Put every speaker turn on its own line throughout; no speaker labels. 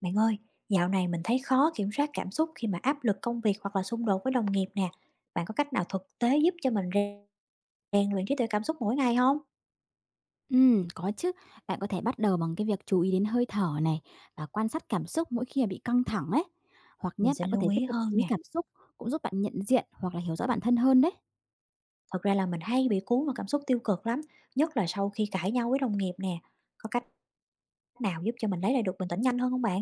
Bạn ơi, dạo này mình thấy khó kiểm soát cảm xúc khi mà áp lực công việc hoặc là xung đột với đồng nghiệp nè. Bạn có cách nào thực tế giúp cho mình rèn rèn luyện trí tuệ cảm xúc mỗi ngày không?
Có chứ. Bạn có thể bắt đầu bằng cái việc chú ý đến hơi thở này và quan sát cảm xúc mỗi khi mà bị căng thẳng ấy. Hoặc
Mình
nhé,
sẽ
bạn có thể
lưu
viết
ý
nhật
hơn
ký
nè.
cảm xúc cũng giúp bạn nhận diện hoặc là hiểu rõ bản thân hơn đấy.
Thật ra là mình hay bị cuốn vào cảm xúc tiêu cực lắm, nhất là sau khi cãi nhau với đồng nghiệp nè. Có cách nào giúp cho mình lấy lại được bình tĩnh nhanh hơn không bạn?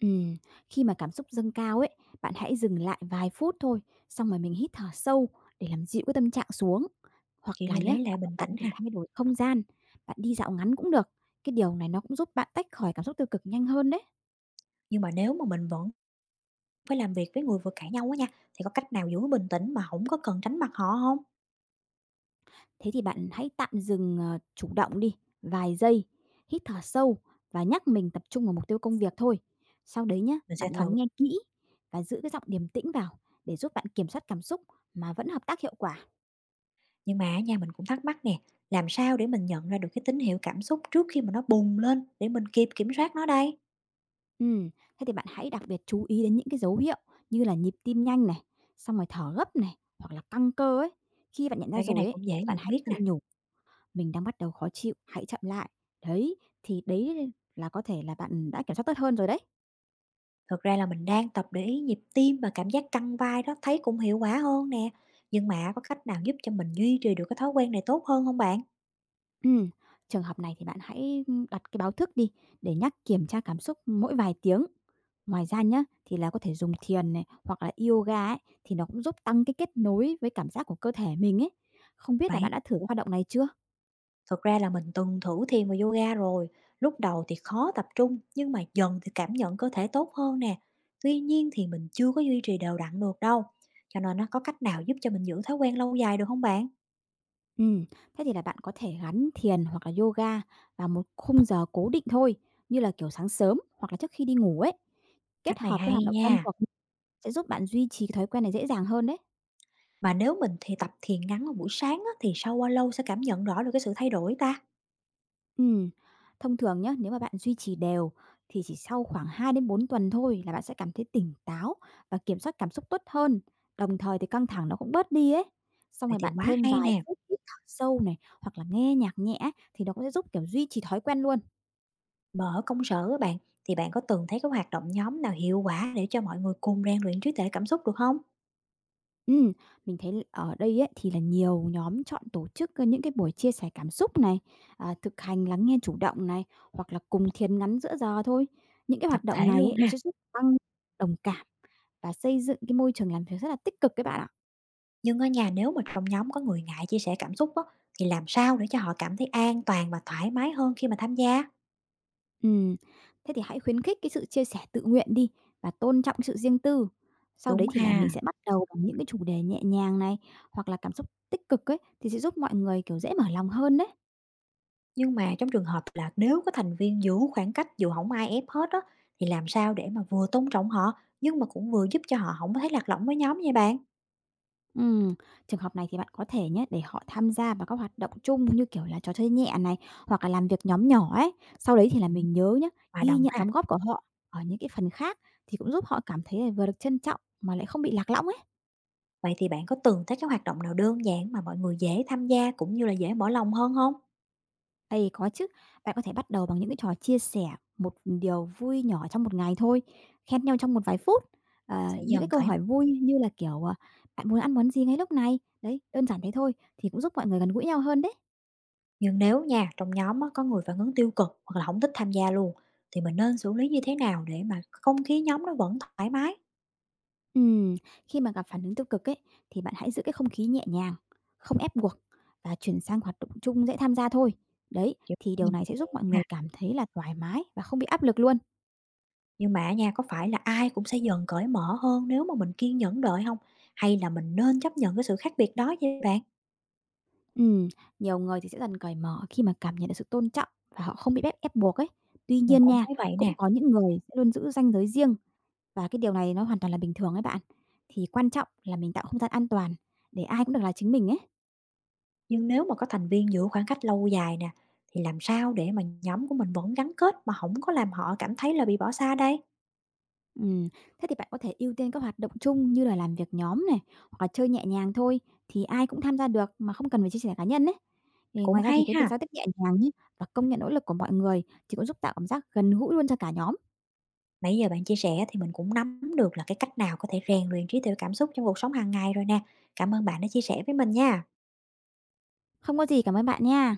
Ừm, khi mà cảm xúc dâng cao ấy, bạn hãy dừng lại vài phút thôi, xong rồi mình hít thở sâu để làm dịu cái tâm trạng xuống. Hoặc
Kiểu
là
như
nhé,
lấy lại
bạn
bình
bạn
tĩnh
có thể
ha.
thay đổi không gian, bạn đi dạo ngắn cũng được. Cái điều này nó cũng giúp bạn tách khỏi cảm xúc tiêu cực nhanh hơn đấy.
Nhưng mà nếu mà mình vẫn phải làm việc với người vừa cãi nhau á nha, thì có cách nào giữ bình tĩnh mà không có cần tránh mặt họ không?
Thế thì bạn hãy tạm dừng, chủ động đi, vài giây, hít thở sâu và nhắc mình tập trung vào mục tiêu công việc thôi. Sau đấy nhá,
Mình sẽ
bạn
thử.
lắng nghe kỹ và giữ cái giọng điềm tĩnh vào để giúp bạn kiểm soát cảm xúc mà vẫn hợp tác hiệu quả.
Nhưng mà á nha, mình cũng thắc mắc nè, làm sao để mình nhận ra được cái tín hiệu cảm xúc trước khi mà nó bùng lên để mình kịp kiểm soát nó đây?
Ừ, thế thì bạn hãy đặc biệt chú ý đến những cái dấu hiệu như là nhịp tim nhanh này, xong rồi thở gấp này, hoặc là căng cơ ấy. Khi bạn nhận ra
Vậy cái
rồi
này
ấy,
cũng dễ
thì bạn
nhận
hãy
biết
tự
nè.
nhủ mình đang bắt đầu khó chịu, hãy chậm lại. Đấy, thì đấy là có thể là bạn đã kiểm soát tốt hơn rồi đấy.
Thực ra là mình đang tập để ý nhịp tim và cảm giác căng vai đó thấy cũng hiệu quả hơn nè. Nhưng mà có cách nào giúp cho mình duy trì được cái thói quen này tốt hơn không bạn?
Ừm, trường hợp này thì bạn hãy, đặt cái báo thức đi để nhắc kiểm tra cảm xúc mỗi vài tiếng. Ngoài ra nhá, thì là có thể dùng thiền này, hoặc là yoga ấy, thì nó cũng giúp tăng cái kết nối với cảm giác của cơ thể mình ấy. Không biết là
Vậy,
bạn đã thử cái hoạt động này chưa?
thực ra là mình từng thử thiền và yoga rồi. Lúc đầu thì khó tập trung, nhưng mà dần thì cảm nhận cơ thể tốt hơn nè. Tuy nhiên thì mình chưa có duy trì đều đặn được đâu. Cho nên nó có cách nào giúp cho mình giữ thói quen lâu dài được không bạn?
Ừm, thế thì là bạn có thể gắn thiền hoặc là yoga vào một khung giờ cố định thôi, như là, kiểu, sáng sớm hoặc là trước khi đi ngủ ấy. Kết
Cách này
hợp với hoạt
hay
động quen
nha.
thuộc sẽ giúp bạn duy trì cái thói quen này dễ dàng hơn đấy.
Mà nếu mình thì tập thiền ngắn vào buổi sáng á, thì sau bao lâu sẽ cảm nhận rõ được cái sự thay đổi ta?
Ừm, thông thường nhé nếu mà bạn duy trì đều thì chỉ sau khoảng 2 đến 4 tuần thôi là bạn sẽ cảm thấy tỉnh táo và kiểm soát cảm xúc tốt hơn, đồng thời thì căng thẳng nó cũng bớt đi ấy. Xong
Vậy
rồi
thì
bạn
quá
thêm
hay
vài
nè.
phút hít thở sâu này, hoặc là nghe nhạc nhẹ thì nó cũng sẽ giúp, kiểu, duy trì thói quen luôn.
Mà ở công sở các bạn, thì bạn có từng thấy cái hoạt động nhóm nào hiệu quả để cho mọi người cùng rèn luyện trí tuệ cảm xúc được không?
Ừm, mình thấy ở đây ấy thì là nhiều nhóm chọn tổ chức, những cái buổi chia sẻ cảm xúc này, à, thực hành lắng nghe chủ động này, hoặc là cùng thiền ngắn giữa giờ thôi. Những cái
Tập
hoạt động
thể
này ấy,
luôn
nó
ha.
sẽ giúp tăng đồng cảm và xây dựng cái môi trường làm việc rất là tích cực đấy bạn ạ.
Nhưng ở nhà nếu mà trong nhóm có người ngại chia sẻ cảm xúc á, thì làm sao để cho họ cảm thấy an toàn và thoải mái hơn khi mà tham gia?
Ừm, thế thì hãy khuyến khích cái sự chia sẻ tự nguyện đi và tôn trọng sự riêng tư. Sau
Đúng
đấy thì là mình
ha.
sẽ bắt đầu bằng những cái chủ đề nhẹ nhàng này hoặc là cảm xúc tích cực ấy thì sẽ giúp mọi người, kiểu, dễ mở lòng hơn đấy.
Nhưng mà trong trường hợp là nếu có thành viên giữ khoảng cách dù không ai ép hết á, thì làm sao để mà vừa tôn trọng họ, nhưng mà cũng vừa giúp cho họ không có thấy lạc lõng với nhóm nha bạn?
Ừm, trường hợp này thì bạn có thể nhé để họ tham gia vào các hoạt động chung như, kiểu là, trò chơi nhẹ này, hoặc là làm việc nhóm nhỏ ấy. Sau đấy thì là
Ừm.
mình nhớ nhé
Hòa
ghi
đồng
nhận
ha,
đóng góp của họ ở những cái phần khác thì cũng giúp họ cảm thấy là vừa được trân trọng mà lại không bị lạc lõng ấy.
vậy thì bạn có từng thấy cái hoạt động nào đơn giản mà mọi người dễ tham gia cũng như là dễ mở lòng hơn không?
Ây, có chứ. Bạn có thể bắt đầu bằng những cái trò chia sẻ một điều vui nhỏ trong một ngày thôi, khen nhau trong một vài phút.
Sẽ
Những cái
dần
câu
cởi.
hỏi vui như là, kiểu, "Bạn muốn ăn món gì ngay lúc này?" Đấy, đơn giản thế thôi thì cũng giúp mọi người gần gũi nhau hơn đấy.
Nhưng nếu nha, trong nhóm á, có người phản ứng tiêu cực hoặc là không thích tham gia luôn, thì mình nên xử lý như thế nào để mà không khí nhóm nó vẫn thoải mái?
Ừm, khi mà gặp phản ứng tiêu cực ấy, thì bạn hãy giữ cái không khí nhẹ nhàng, không ép buộc và chuyển sang hoạt động chung dễ tham gia thôi. Đấy,
Kiểu
thì điều này sẽ giúp mọi
ha.
người cảm thấy là thoải mái và không bị áp lực luôn.
Nhưng mà nha, có phải là ai cũng sẽ dần cởi mở hơn nếu mà mình kiên nhẫn đợi không? Hay là mình nên chấp nhận cái sự khác biệt đó vậy bạn?
Ừm, nhiều người thì sẽ dần cởi mở khi mà cảm nhận được sự tôn trọng và họ không bị ép ép buộc ấy. Tuy
Mình
nhiên
cũng
nha,
thấy vậy
cũng
nè,
có những người sẽ luôn giữ ranh giới riêng và cái điều này nó hoàn toàn là bình thường ấy bạn. Thì quan trọng là mình tạo không gian an toàn để ai cũng được là chính mình ấy.
nhưng nếu mà có thành viên giữ khoảng cách lâu dài nè, thì làm sao để mà nhóm của mình vẫn gắn kết mà không có làm họ cảm thấy là bị bỏ xa đây?
Ừm, thế thì bạn có thể ưu tiên các hoạt động chung như là làm việc nhóm này hoặc là chơi nhẹ nhàng thôi thì ai cũng tham gia được mà không cần phải chia sẻ cá nhân ấy. Thì
Cũng
ngoài ra thì
hay
cái việc
ha!
giao tiếp nhẹ nhàng nhé và công nhận nỗ lực của mọi người thì cũng giúp tạo cảm giác gần gũi luôn cho cả nhóm.
Nãy giờ bạn chia sẻ thì mình cũng nắm được là cái cách nào có thể rèn luyện trí tuệ cảm xúc trong cuộc sống hàng ngày rồi nè. Cảm ơn bạn đã chia sẻ với mình nha.
Không có gì, cảm ơn bạn nha.